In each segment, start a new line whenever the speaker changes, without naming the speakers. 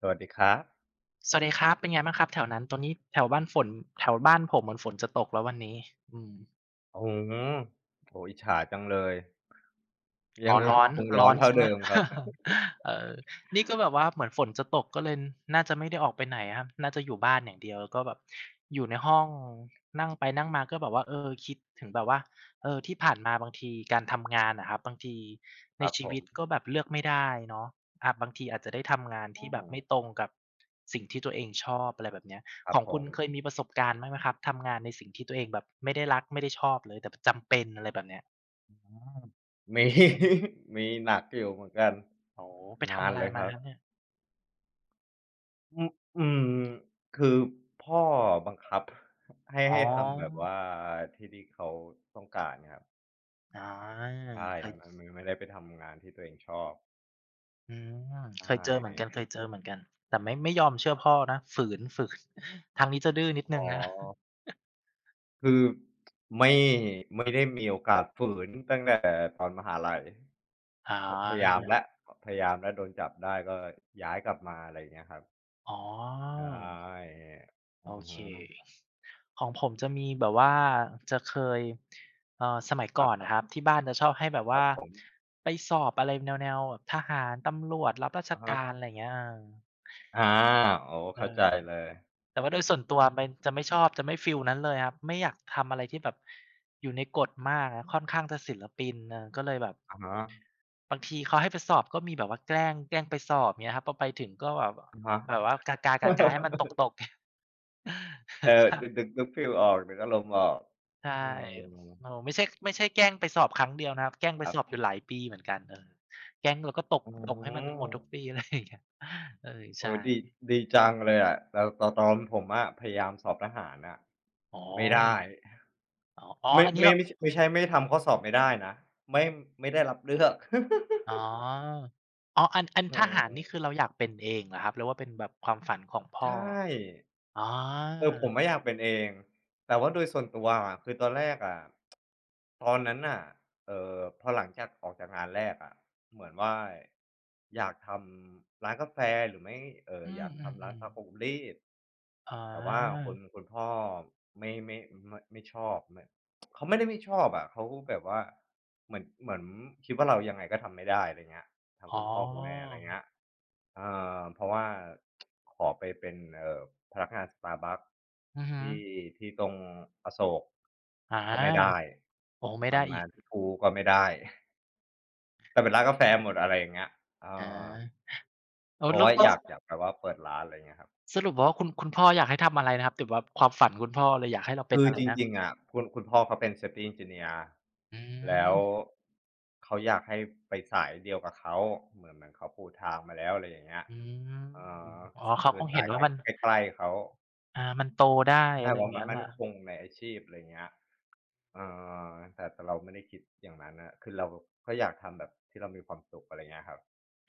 สวัสดีครับ
สวัสดีครับ เป็นไงบ้างครับแถวนั้นตอนนี้แถวบ้านฝนแถวบ้านผมเหมือนฝนจะตกแล้ววันนี้อืม
อืมโอ้โฮอิจฉาจังเลย ยั
อ๋อ
งร
ร้อน
คงร้
ร้
อ
อ
น
น
เท่า
ใช่ไหม
เดิมครับ
เออนี่ก็แบบว่าเหมือนฝนจะตกก็เลยน่าจะไม่ได้ออกไปไหนอครับน่าจะอยู่บ้านอย่างเดียวแล้วก็แบบอยู่ในห้องนั่งไปนั่งมาก็แบบว่าเออคิดถึงแบบว่าเออที่ผ่านมาบางทีการทำงานอะครับบางที
ค
ใน
รับ
ชี
ผ
วิ
ม
ตก็แบบเลือกไม่ได้เนาะอาบางทีอาจจะได้ทำงาน
อื
ที่แบ
ม
บไม่ตรงกับสิ่งที่ตัวเองชอบอะไรแบบเนี้ย
ค
ข
รับ
อง
ผ
คุณ
ม
เคยมีประสบการณ์บ้างไหมครับทำงานในสิ่งที่ตัวเองแบบไม่ได้รักไม่ได้ชอบเลยแต่จำเป็นอะไรแบบเนี้ย
อืมมี มีหนักอยู่เหมือนกัน
อ๋อไป
นา
ทำ
น
อะไร
เลยค
มา
รั
ค
บ
รับเนี่ย
อืออืมคือพ่อบังคับให้
อ๋
ให้ทำแบบ
อ
ว่าที่เขาต้องการครับ
อา
ใช่
เค
มั
ย
นมันไม่ได้ไปทำงานที่ตัวเองชอบ
อืม
ใช
เคยเจอเหมือนกัน
่
เคยเจอเหมือนกันแต่ไม่ยอมเชื่อพ่อนะฝืน ฝืนทางนี้จะดื้อนิดห
อ๋
นึ่
อ
งนะ
คือไม่ไม่ได้มีโอกาสฝืนตั้งแต่ตอนมหาลัย
อ
พยายาม
า
แล้วพยายามแล้วโดนจับได้ก็ย้ายกลับมาอะไรอย่างเงี้ยครับ
อ๋อ
ใช่อื
โอ
อ
เค
ฮึ
ของผมจะมีแบบว่าจะเคยสมัย
ครั
ก่อนอะ
บ
ครับที่บ้านจะชอบให้แบบ
ครั
ว่า
บผม
ไปสอบอะไรแนวๆแบบทหารตำรวจรับราช
อะ
การ
ฮะ
อะไรอย่างเงี้ยเออ
อาโอ้
เอ
เข้า
อ
ใจเลย
แต่ว่าโดยส่วนตัวมันจะไม่ชอบจะไม่ฟีลนั้นเลยครับไม่อยากทำอะไรที่แบบอยู่ในกฎมากอะค่อนข้างจะศิลปินเออก็เลยแบบ
อะฮะ
บางทีเขาให้ไปสอบก็มีแบบว่าแกล้งแกล้งไปสอบเงี้ยครับพอไปถึงก็แบบ
อะฮะ
แบบว่ากากๆๆๆให้มั นตกๆ
เอ อ
ใช่
นึกนึกฟีลออกนึกอารมณ์ออก
ใช่
อืม
เออไม่ใช่แกล้งไปสอบครั้งเดียวนะครับแกล้งไป
ครั
สอบอ
บ
ยู่หลายปีเหมือนกันเออแกล้งแล้วก็ตก
อื
ตกให้มันหมดทุกปี
ม
อะไรอย่างเงี้ยเออ
โอ้
ใช่
ดีดีจังเลยอะแต่ตอนผมอะพยายามสอบทหารอะ
อ๋อ
ไม่ได้
อ๋อๆออันนี้เรา
ไม่ใช่ไม่ทำข้อสอบไม่ได้นะไม่ไม่ได้รับเลือก
อ๋ออ๋ออันอัน
เ
ทหาร
ออ
นี่คือเราอยากเป็นเองเหรอครับหรือว่าเป็นแบบความฝันของพ่อ
ใช่
อ๋อ
เออผมอะอยากเป็นเองแต่ว่าโดยส่วนตัวอะคือตอนแรกอะตอนนั้นน่ะพอหลังจากออกจากงานแรกอะเหมือนว่าอยากทำร้านกาแฟหรือไม่
อื
อ
ม
ยากทำร้านซัก
ๆ
อ
ๆ
บรีด
อ๋
แต่ว่า
อ
คุณพ่อไม่ไม่ไม่ชอบไม่เขาไม่ได้ไม่ชอบอะเขาแบบว่าเหมือนคิดว่าเรายังไงก็ทำไม่ได้อะไรเงี้ย ทั้ง
อ๋อ
คุณพ่อคุณแม่อะไรเงี้ยเอ่เพราะว่าขอไปเป็นพนักงาน Starbucks
อือฮึ
ที่ที่ตรงอโศก
อ
ก็ไม่ได้
าโอ้ไม่ได้
ทำ
อี
งา
ก
นที่ True ก็ไม่ได้ แต่เป็นร้านกาแฟหมดอะไรอย่างเงี้ยเอ
อา
อ
เออ
เพราะ
แล้ว
ว่า
แล้
อ
ว
ยากแบบว่าเปิดร้านอะไรเงี้ยครับ
สรุปว่าคุณคุณพ่ออยากให้ทำอะไรนะครับแบบว่าความฝันคุณพ่อเลยอยากให้เราเป็น
คือ
อะไร
จ
นะครับ
ริงๆอะคุณพ่อเขาเป็น Safety Engineer
อื
แล้ว
ม
เขาอยากให้ไปสายเดียวกับเขาเหมือนเขาปูทางมาแล้วอะไรอย่างเงี้ย
อืม
เอ่อ
อ๋อเขา
คื
ค
อ
งเห็
สา
น
ย
ว่ามัน
ใกล้ใกล้ๆเขา
อ่ามันโตได้อะ
ใช่
ไร
เพ
อย่าง
ราะมั
เงี้
น
ยแห
มั่
ละ
นคงในอาชีพอะไรอย่างเงี้ยเออแต่เราไม่ได้คิดอย่างนั้นน่ะคือเราก็อยากทำแบบที่เรามีความสุขอะไรเงี้ยครับ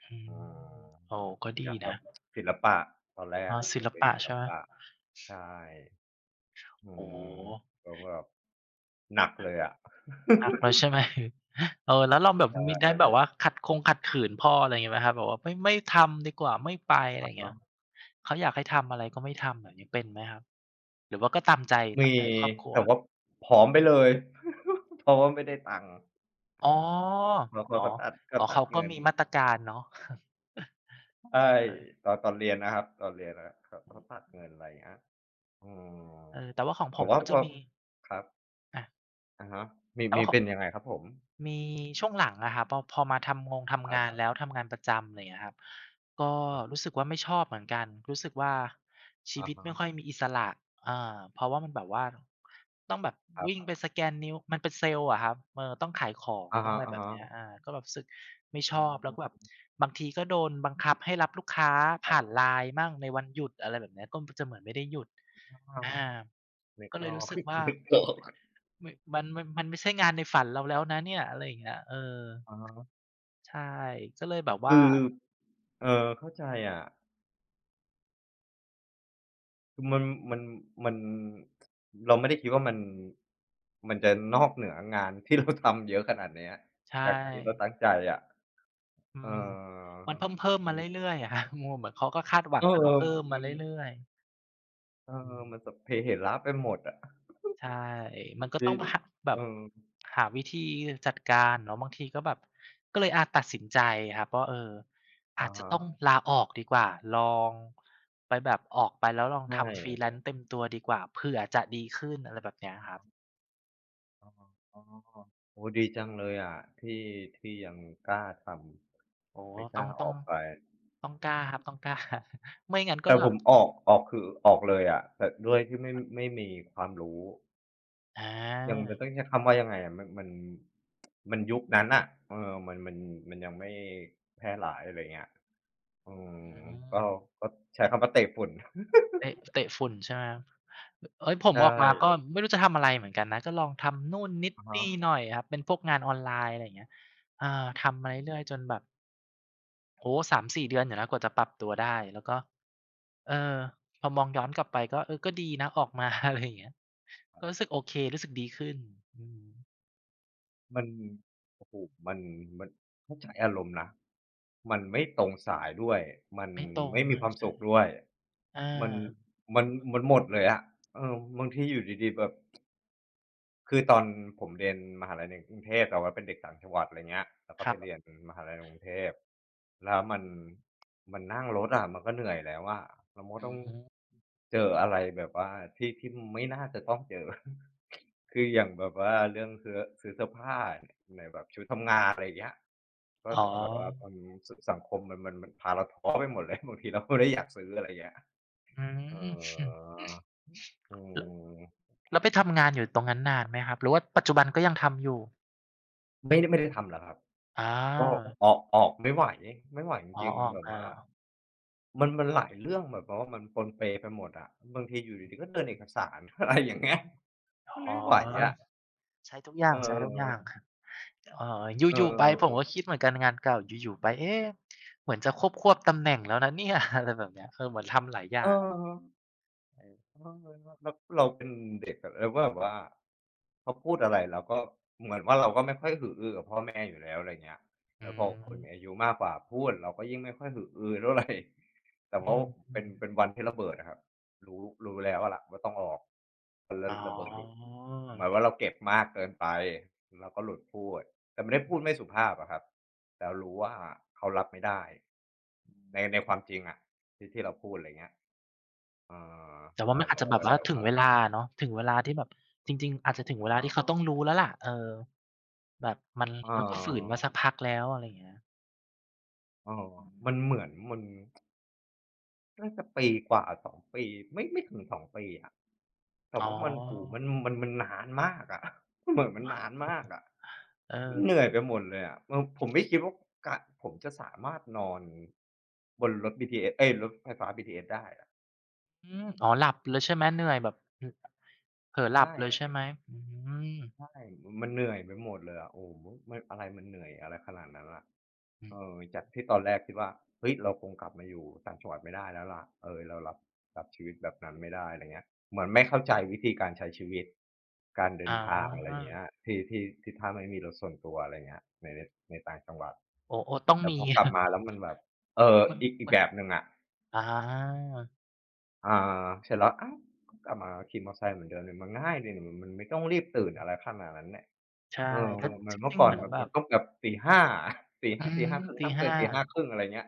อืม
อืม
โอ้ก็
อ
ดี
ยากแบ
นะ
บศิลปะตอนแร
อ๋อ
ก
ศิ
อ
ล
ยากเรียน
ปะ
ศิล
ใช่ไหม
ปะใช่ อื
โอ้โฮ
มก็แบบหนักเลยอะ
หนักแล้วใช่ไหม เออแล้วเราแบบ
ใช
มีได้แบบ
่
ว่าขัดคงขัดขืนพ่ออะไรงี้ไหมครับแบบว่าไม่ทำดีกว่าไม่ไปอะไร
อะ
อย่างเงี้
ฮะ
ยเขาอยากให้ทำอะไรก็ไม่ทำแบบนี้เป็นไหมครับหรือว่าก็ตามใจตาม
มี
ใจครอบครัว
แต่ว่าผอมไปเลย เพราะว่าไม่ได้ตังค์
อ๋อ
แลา
อ๋อ
เขาก็
อ๋อ
ตั
เขา
ด
ก็
เงิน
มีมาตรการเนาะ
ใช่
เออ
ตอนเรียนนะครับตอนเรียนนะครับเขาตัดเงินอะไรอย่างเงี้ยอืม
เออแต่ว่าของผ
แต่
ม
ว่า
ก็
พ
จะ
อ
มี
ครับ
อา
อะฮะ
แต่
มี
ว่าของ
เป็นยังไงครับผม
มีช่วงหลังอะครับพอมา
ค
ทำ
รับ
งานแล้วทำงานประจำอะไรอย่างเงี้ยครับก็
อะ
รู้สึกว่าไม่ชอบเหมือนกันรู้สึกว่าชี
อะ
วิต
ฮะ
ไม่ค่อยมีอิสระอาเพราะว่ามันแบบว่าต้องแบบ
ครับ
วิ่งไปสแกนนิ้วมันเป็นเซลส์อะครับเออต้องขายของ
อะ
ต้อ
ฮะ
งอะไรแบบเนี้ยอาก็แบบรู้สึกไม่
ๆ
ชอบแล้วก็
ม
แบบบางทีก็โดนบังคับให้รับลูกค้า
ครั
ผ่าน
บ
LINE มั่งในวันหยุดอะไรแบบเนี้ยก็จะเหมือนไม่ได้หยุด
อา
อา
นึก
ก็เล
อ
ย
อ
รู้
ก
สึกว่า
นึกออก
มมันไม่ใช่งานในฝันเราแล้วนะเนี่ยอะไรอย่างเงี้ยเออ
อะฮะ
ใช่ก็เลยแบบว่า
คือเออเข้าใจอะ มันมันมันเราไม่ได้คิดว่ามันจะนอกเหนืองานที่เราทำเยอะขนาดเนี้ย
ใช
จากที่เรา
่
ตั้งใจอะ
อื
เอ
ม
อ
มันเพิ่มๆ
มั
มา
น
เรื่อยๆอะ ครับงงเหมือนเขาก็คาดหวั
เอ
ง
อ
กับเราเพิ่มมา
มัน
เรื่อยๆอืม
มันสพเปเหระไปหมดอะ
ใช่มันก็
จ
ต้
ริ
อง
ง
หแบ
เอ
บ
อ
หาวิธีจัดการเนาะบางทีก็แบบก็เลยอาตัดสินใจครับว่าเอออา
อะ
จจะ
ฮะ
ต้องลาออกดีกว่าลองไปแบบออกไปแล้วลอง
ใช่
ทำ freelance เต็มตัวดีกว่าเผื่อจะดีขึ้นอะไรแบบเนี้ยครับ
อออ๋อโอ้โฮดีจังเลยอะที่ยังกล้าท
โอ้
ำ
โฮ
ไม่กล้าออกไป
ต้องกล้าครับต้องกล้า ไม่งั้นก็
แต่
แบ
ผ
บ
มออกคือออกเลยอะแต่ด้วยที่ไม่มีความรู้
อ
ยังมันต้อง
า
ใช้คำว่ายังไงอะมันมันยุคนั้นน่ะเออมันมันยังไม่แพร่หลายอะไรเงี้ยอื
อื
มก็
ม
ก็ใช้คำว่าเตะฝุ่น
เตะเตะฝุ่นใช่ไหมครับเอ๊ยผม
ใช่
ออกมาก็ไม่รู้จะทำอะไรเหมือนกันนะก็ลองทำนู่นนิด
อะฮะ
นี่หน่อยครับเป็นพวกงานออนไลน์อะไรอย่างเงี้ยอาทำมาเรื่อยๆจนแบบโอ้โฮสามสี่เดือนอยู่นะกว่าจะปรับตัวได้แล้วก็เออพอมองย้อนกลับไปก็เออก็ดีนะออกมา อะไรอย่างเงี้ยก็รู้สึกโอเครู้สึกดีขึ้นอืม
มันโอ้โฮมันมันเข้าใจอารมณ์นะมันไม่ตรงสายด้วยมัน
ไม่ตรง
ไม่มี
นะ
ความสุข
ใช่
ด้วย
อ
มัน
า
มันมันหมดเลยอะเออบางทีอยู่ดีๆแบบ คือตอนผมเรียนมหาลัยในกรุงเทพแต่ว่าเป็นเด็กต่างจังหวัดอะไรเงี้ยแล้วก็
ครั
ไป
บ
เรียนมหาลัยในกรุงเทพแล้วมันนั่งรถอะมันก็เหนื่อยแล้วอะแล้วมันก็
อื
ต้อง
ม
เจออะไรแบบว่าที่ไม่น่าจะต้องเจอ คืออย่างแบบว่าเรื่องเสื้อเสื้อผ้าใหนแบบชุดทำงานอะไรเงี้ยก็
อ๋
ต้องแบบว่า
อ
มันสังคมมันพาเราท้อไปหมดเลย บางทีเราก็ไม่ได้อยากซื้ออะไรเงี้ย
อื
เอ
ม
ออื
แล้ว
ม
แล้วไปทำงานอยู่ตรงนั้นนานไหมครับหรือว่าปัจจุบันก็ยังทำอยู่
ไม่ได้ทำเหรอครับ
อ
ก็
า
ออกไม่ไหวไม่ไหวจ
อ๋อ
ริง
อมอ
ๆ
ก
แบบ
มา
ว่ามันหลายเรื่องแบบว่ามันปนเปไปหมดอะบางทีอยู่ดีๆก็เดินเอกสาร อะไรอย่างเงี้ยมัน
อ๋อ
ไม่ไหวอะ
ใช้ทุกอ
เอ
ย่างใช้ทุกอย่าง
อ
ครับเออ
เ
อยู่ๆไปผม
ออ
ก็คิดเหมือนกันงานเก่าอยู่ๆไปเอ๊ะเหมือนจะควบๆตำแหน่งแล้วนะเนี่ย อะไรแบบเนี้ยเออเหมือนทำหลายอ
เออ
ย่างอเออ
เออแล้วเราเป็นเด็กอะเราก็แบบว่าเขาพูดอะไรเราก็เหมือนว่าเราก็ไม่ค่อยหืออือกับพ่อแม่อยู่แล้วอะไรเงี้ย
อื
แล้วพอคนมีอา
ม
ยุมากกว่าพูดเราก็ยิ่งไม่ค่อยหืออือเท่าไรแต่
อ
ว่า
ืม
เป็นวัน
ๆ
ที่ระเบิดอะครับรู้แล้วอะล่ะว่าต้องออกแล้
อ๋อ
วระเบิดหลุดเหมือนว่าเราเก็บมากเกินไปเราก็หลุดพูดแต่ไม่ได้พูดไม่สุภาพอะครับแต่รู้ว่าเขารับไม่ได้ในความจริงอะที่เราพูดอะไรเงี้ย อา
แต่ว่า
เรา
มันอาจ
เรา
จะ
ก็
แบ
เล
บ
ย
ว่า
แบบ
ถึงเว
ว่า
ลาเนาะถึงเวลาที่แบบจริงๆอาจจะถึงเวลา
อะ
ที่
ฮะ
เขาต้องรู้แล้วล่ะเออแบบมัน
เอ
เราก็ฝืนมาสัก
อ
พักแล้วอะไรอย่างเงี้ย
เอ
อื
อมัน
ม
เหมือนมันน่าจะปีกว่า2ปีไม่ถึง2ปีอะแต่
อ๋
ว่ามันโอ้โฮมั
อ
นมันมันนานมากอะ เหมือนมันนานมากอะ
เออ
มันเหนื่อยไปหมดเลยอะเออผมไม่คิดว่ากะผมจะสามารถนอนบนรถบีทีเอสเอ๊ยรถไฟฟ้าบีทีเอสได้อะ
อืมอ๋อหลับเลยใช่ไหมเหนื่อยแบบอือเผลอห
ใช่
ลับเลยใช่ไหมอืม
ใช่มันเหนื่อยไปหมดเลยอะโอ้โฮมันอะไรมันเหนื่อยอะไรขนาดนั้นล่ะ
อื
เออ
ม
จากที่ตอนแรกคิดว่าเฮ้ยเราคงกลับมาอยู่ต่างจังหวัดไม่ได้แล้วล่ะเออเรารับชีวิตแบบนั้นไม่ได้อะไรเงี้ยเหมือนไม่เข้าใจวิธีการใช้ชีวิตการเดิน
อา
ทางอะไรเงี้ยที่ถ้าไม่มีรถส่วนตัวอะไรเงี้ยในต่างจังหวัด
โอ้โอ้ต้อง
แต่
มี
พอกลับมา แล้วมันแบบเออ
เหมือน
อีก
เห
อีก
มือน
แบบหนึ่งอะ
อา
อ่เสร็จแล้วอ้าวก็กลับมาขี่มอไซค์เหมือนเดิมเนี่ยมันง่ายดีนี่มันไม่ต้องรีบตื่นอะไรขนาดนั้นเนี่ย
ใช่
เออ
แล้ว
เห
จ
มือนเมื่อ
ริงๆ
ก่อ
เห
น
มือน
แบบ
แบ
มั
บ
นต้องแบบ4ีห้า
อื
0ีะ4:00
ม
4:50ห้าครึ่ง
ตี
ห้ามเกิ
ห้า
นตีห้าครึ่งอะไรเงี้ย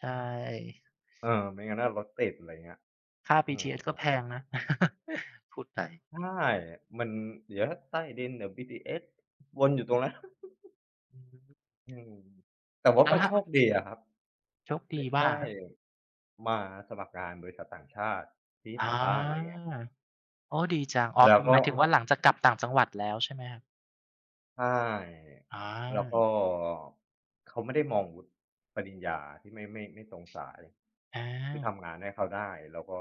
ใช่
เออไม่งั้นน่ะรถติดอะไรเงี้ย
ค่า
อืม
BTS ก็แพงนะ พูดไป
ใช่มันเดี๋ยวใต้ดินเดี๋ยวบีทสวนอยู่ตรงนั้น
อืม
อืมแต่ว่า
แล้ว
มันโช
ถ้า
คดีอะครับ
โชคดี
ได้
ว่า
ได้มาสมัครงานบริษัทต่างชาติที่แถ
อา
วบ้านอะไรเงี้ย
โอ้ดีจังอ๋อ
แล้ว
ห
ก็
มายถึงว่าหลังจากกลับต่างจังหวัดแล้วใช่ไหมครับ
ใช่
อ
แล้วก็
า
เขาไม่ได้มองวุฒิปริญญาที่ไม่ตรงสายคือ
อา
ทำงานให้เขาได้แล้วก็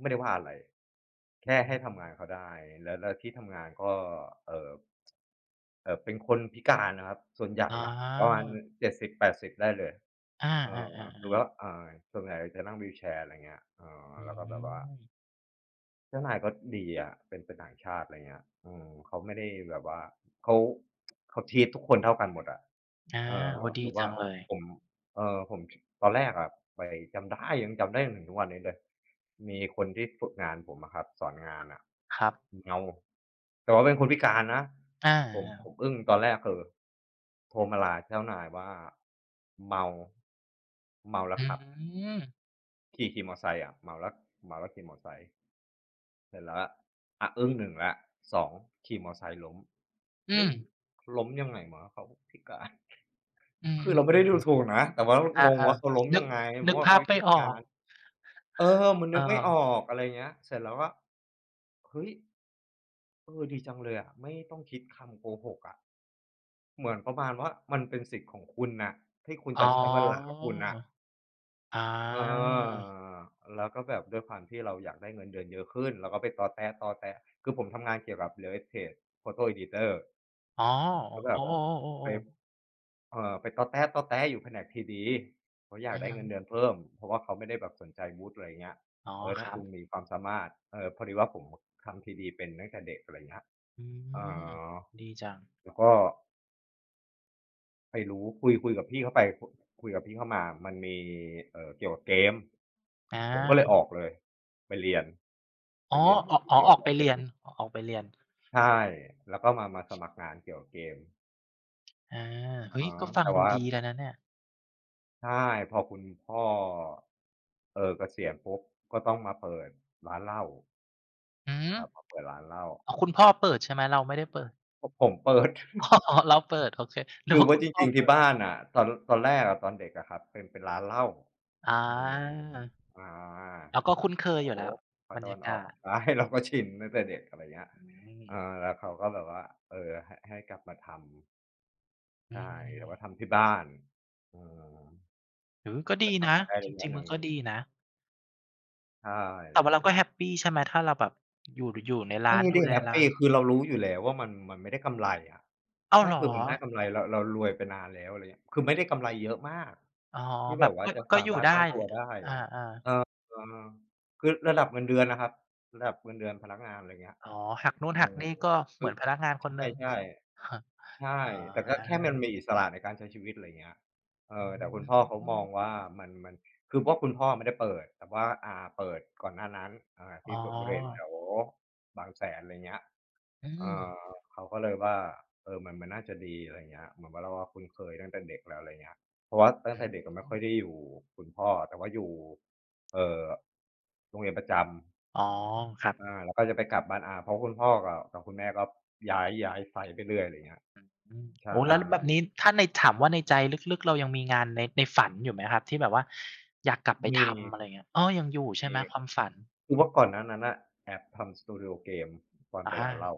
ไม่ได้ว่าอะไรแค่
อื
ให้
ม
ทำงานเขาได้แล้วที่ทำงานก็เอ่อเป็นคนพิการนะครับส่วนใหญ่
อ๋
ประมา
อ
ณ70-80ได้เลย
อา
เอ
อา
อคือว่า
ๆ
ส่วนใหญ่จะนั่งวีลแชร์อะไรเงี้ยเออ
ๆอื
แล้วก็แบบว่า
ม
เจ้านายก็ดีอะเป็นต่างชาติอะไรเงี้ยเขาไม่ได้แบบว่าเขาเขา treat ทุกคนเท่ากันหมดอะ
อา
เอ่อ
โอ้ดี
คือ
จั
ว่า
งเลย
ผมเอ่อผมชตอนแรกอะไปจำได้ยังจำได้จนถึงทุกวันนี้เลยมีคนที่ฝึกงานผมอะครับสอนงานอะ
ครับ
เมาแต่ว่าเป็นคนพิการนะ
อ
ผมผ
า
มอึ้งตอนแรกคือโทรมาลาเจ้านายว่าเมาเมา
ๆ
แล้ว
อื
ขับ
ม
ขี่มอไซค์อะเมาแล้วขี่มอไซค์ เสร็จแล้วอะอึ้งหนึ่งแล้วสองขี่มอไซค์ล้ม
อื
เฮ้
ม
ยล้มยังไงวะเขาพิการ
อื ม
คือเราไม่ได้ดูถูกนะ แต่
ๆๆ
ว่า
ๆอา
งงว่าเขาล้ม
ๆนึก
ยังไงเพ
นึก
ราะว่า
ภา
เขา
พไม่
พิ
ออ
กา
ก
รเออมัน
เออ
นึกไม่ออกอะไรเงี้ย เสร็จแล้วก็เฮ้ย เออดีจังเลยอะไม่ต้องคิดคำโกหกอะเหมือนประมาณว่ามันเป็นสิทธิ์ของคุณน่ะที่คุณ
อ๋อ
จะใช้วันหลังคุณน่ะ
อ
เอ
า
อแล้วก็แบบด้วยความที่เราอยากได้เงินเดือนเยอะขึ้นเราก็ไปตอแต๊ะๆคือผมทำงานเกี่ยวกับ Real Estate Photo Editor
อ๋อ
ก็แบ
โอ้
บไป
ๆๆๆ
ไปต๊อแต๊ๆอแต๊ะอยู่แผนก TD เขาอยา
อื
ก
อ
ได้
ฮึ
เงินเดือนเพิ่มเพราะว่าเขาไม่ได้แบบสนใจวุฒิอะไรเงี้ย
อ๋อ
เออ
ค
ถ้า
รั
คุณ
บ
มีความสามารถเออพอดีว่าผมทำ TD เป็นตั้งแต่เด็กอะไรเงี้ย
อื
อ๋
ม
อ
ดีจัง
แล้วก็ไปรู้คุยกับพี่เขาไปคุยกับพี่เขามามันมีเกี่ยวกับเกม
อ
ผมก็เลย
า
ออกเลยไปเรียนไป
อ๋อ
เรียน
ออก
TD
อ๋อ
เกี่ย
อ
ว
อ
กั
ก
บ
ไป
เก
เรี
ม
ยนอออกไปเรียน
ใช่แล้วก็มาสมัครงานเกี่ยวกับเกม
อา
อะ
เฮ้ย
ฮะ
ก็ฟัง
แต่
ดู
ว่า
ดีแล้วนะเนี่ย
ใช่พอคุณพ่อเกษียณปุ๊บก็ต้องมาเปิดร้านเหล้า
อืม
ครับมาเปิดร้านเหล้า
อ๋อคุณพ่อเปิดใช่ไหมเราไม่ได้เปิด
ผมเปิด
อ๋อเราเปิด โอเคนึก
คือ
ว่า
ว่า
คุณ
จ
พ่อ
ริงๆ
เปิ
ที่
ด
บ้านน่ะตอนแรกอะตอนเด็กอะครับเป็นร้านเหล้า
อ
อืม
า
อา
เราก็คุ้นเค
แถ
ยอ
ว
ยู่แล้ว
ภา
บ
ค
รร
ตะ
ยา
วันออ
กา
ก
ศ
ใช่เราก็ชินตั้งแต่เด็กอะไรเงี้ย
อืม
เออแล้วเขาก็แบบว่าเออให้กลับมาทำ
อื
ใช่แต่ว่า
ม
ทำที่บ้านเออ
หือก็ดี
ก็
นะ
ทำได้
จ
ระยะ
ริง
ห
ๆมัน
นึ่ง
ก็ดีนะ
ใช่
แต่ว่าเราก็แฮปปีใช่ไหมถ้าเราแบบอยู่อยู่ในร้า
ไม่
นดู
ได้
แล
แฮป
ร้า
ปี
น
คือเรารู้อยู่แล้วว่ามันไม่ได้กำไรอะ
อ้าว
ถ้า
เหรอ
คือมันได้กำไรเรารวยไปนานแล้วอะไรเงี้ยคือไม่ได้กำไรเยอะมาก
อ๋อ
ที่
แบ
แบ
บ
บว่า
ก็
จะ
ก็
สา
อยู่
มารถ
ได้
ตั้ง
แห
ตัว
ละ
ได้
อา
เออคือระดับเงินเดือนนะครับระดับเงินเดือนพนักงานอะไรเงี้ย
ๆอ๋อหักนู่น
เอ
หัก
อ
นี่ก็เห
คื
มื
อ
อนพนักงานคนหนึ่ง
ใช่ ๆ ใช่
อ๋อ
แต่ก็แค่มันมีอิสระในการใช้ชีวิตอะไรเงี้ยเอ
อื
อแต่คุณพ่อเขามอง
ม
ว่ามันคือเพราะคุณพ่อไม่ได้เปิดแต่ว่าอาเปิดก่อนหน้านั้น
อ๋อ
ที่บบริเวณแถวบางแสนอะไรเงี้ย
อื
เอ
ม
อเขาก็เลยว่าเออมันน่าจะดีอะไรเงี้ยเหมือนว่าเราอะคุ้นเคยตั้งแต่เด็กแล้วอะไรเงี้ยเพราะว่าตั้
อื
งแต่เด็ก
ม
ก็ไม่ค่อยได้อยู่คุณพ่อแต่ว่าอยู่เอ่อโรงเรียนประจ
อ๋อครับ
ำอาแล้วก็จะไปกลับบ้านอาเพราะคุณพ่อกับคุณแม่ก็ย้ายไสตไปเรื่อยอะไรเงี้ย
อืมโอ้
ใช่
แล้วแบบนี้ถ้าในถามว่าในใจลึกๆเรายังมีงานในในฝันอยู่ไหมครับที่แบบว่าอยากกลับไป
มี
ทำอะไร
มี
เงี้ยอ้อยังอยู่ใช่ไหมควา
ค
มฝัน
ือเมื่อก่อนหน้านั้นน่ะแอบทำสตูดิโอเกมตอน
อะ
เปิด
ฮะ
ร้านเหล้า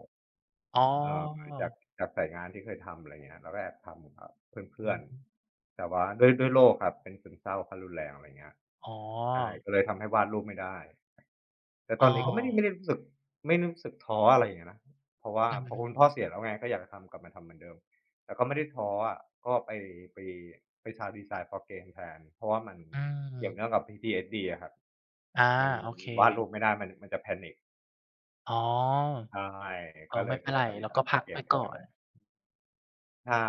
อ๋อ
เอ่อจากจากสายงานที่เคยทำอะไรเงี้ยเราก็แอบทำกับเพื่
อื
อน
อฮึ
ๆแต่ว่าด้วยโรคครับเป็นซึมเศร้าขั้นรุนแรงอะไรเงี้ย
อ๋อ
ใช่ก็เลยทำให้วาดรูปไม่ได้ แต่ต
อ้
อนนี้ก็ไม่ได้ไม่
อ
ได้รู้สึกไม่รู้สึกท้ออะไรอย่างเงี้ยนะเพราะว่า
อือ
พอ
ฮึ
คุณพ่อเสียแล้วไงก็อยากจะทำกลับมาทำเหมือนเดิมแต่ก็ไม่ได้ท้ออะก็ไปไป Child Design for Game แทนเพราะว่ามัน
อื
เกี่ยวเนื่อง
ม
กับ PTSD อะครับ
อา
มัน
โอเค
มันวาดรูปไม่ได้มันจะ panic
อ๋อ
ใช่
เอ
ก็
อ
เล
ไม่
ยไป
เป็นไร
Child
เราก็
Design
พั
for
กไป
Game แท
ก่อ
น
น
ใช่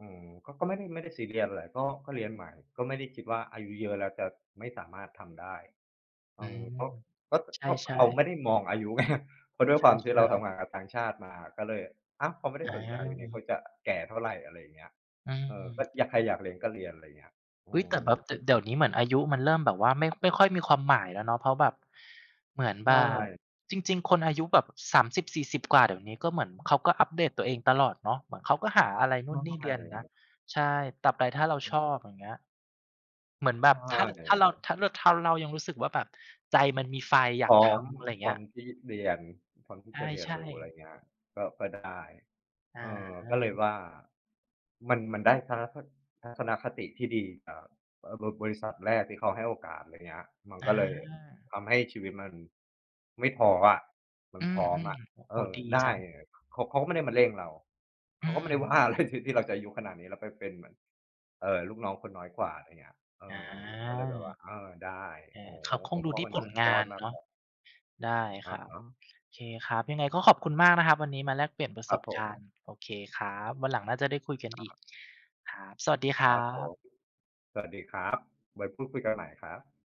อืมก็ไม่ได้ซีเรียสอะไรก็เรียนใหม่ก็ไม่ได้คิดว่าอายุเยอะแล้วจะไม่สามารถทำได้
อื
อืม
ม
ก็
ใ
ก็
ช่
เขา
ๆ
ไม่ได้มองอายุไง เพราะด้วย
ใช
ความที่เราทำ
่
งานกับต่างชาติมาก็เลยอ้าวเขาไม่
ๆ
ได้
อ
สนใจอยู่นี่
า
เขาจะแก่เท่าไรอะไรอย่างเงี้ย
อื
เออก็อ
ม
ยากใครอยากเรียนก็เรียนอะไรอย่างเงี้ยอื
อุ๊ยแต่แบ
ม
บดเดี๋ยวนี้เหมือนอายุมันเริ่มแบบว่าไม่ไม่ค่อยมีความหมายแล้วเนาะเพราะแบบเหมือน
ใช
แบบ
่
จริงๆคนอายุแบบสามสิบสี่ส4 0กว่าเดี๋ยวนี้ก็เหมือนเขาก็อัปเดตตัวเองตลอดเนาะเหมือนเขาก็หาอะไรนู่นนี่เรียน
ใช่
นะใช่ตราบใดถ้าเราชอ
อือ
บอย่างเงี้ยเหมือนแบ
ใช
บถ้าคถ้าเรา
่
ถ้ารถ้าเรายังรู้สึกว่าแบบใจมันมีไฟอ
พ
ยาก
ร้อม
ทำอะไรอย่าง
พร้
เงี้
อ
ย
มที่เรียนพร้อมที่จะเรียน
ใช่
รู้อะไร
ๆ
เงี้ยก็ก็ได้เออ
อา
ก็เลยว่ามันได้ทัศนคติที่ดีจากบบริษัทแรกที่เขาให้โอกาสอะไรเงี้ยมัน
อา
ก็เลยทำให้ชีวิตมันไม่ท้ออะมั
อื
นพ
ม
ร้อมอะ
ๆโอ้โฮ
เออ
ดี
ได้
จัง
เขาก็ไม่ได้มาเร่งเราเขา
อื
ก็ไม่
ม
ได้ว่าอะไรที่เราจะอายุขนาดนี้แล้วไปเป็นเหมือนลูกน้องคนน้อยกว่าอะไรเงี้ยเอ
อ
อก็เล
า
ยแบบว่าเออได้
เออ
โอ้โฮ
เขาคง
หัว
ดู
ข้อ
ที่
วัน
ผ
นี้
ล
สุดย
งา
อ
น
ดมาก
เนาะได้ค
อะ
รับ
ฮะ
โอเคครับยังไงก็ขอบคุณมากนะครับวันนี้มาแลกเปลี่ยนประ
ค
ส
รับ
บ
ผ
การ
ม
ณ์โอเคครับวันหลังน่าจะได้คุยกันอีกครับสวัสดีค
ค
รั
รับผม
บ
สวัสดีครับไว้พูดคุยกันใหม่ครับ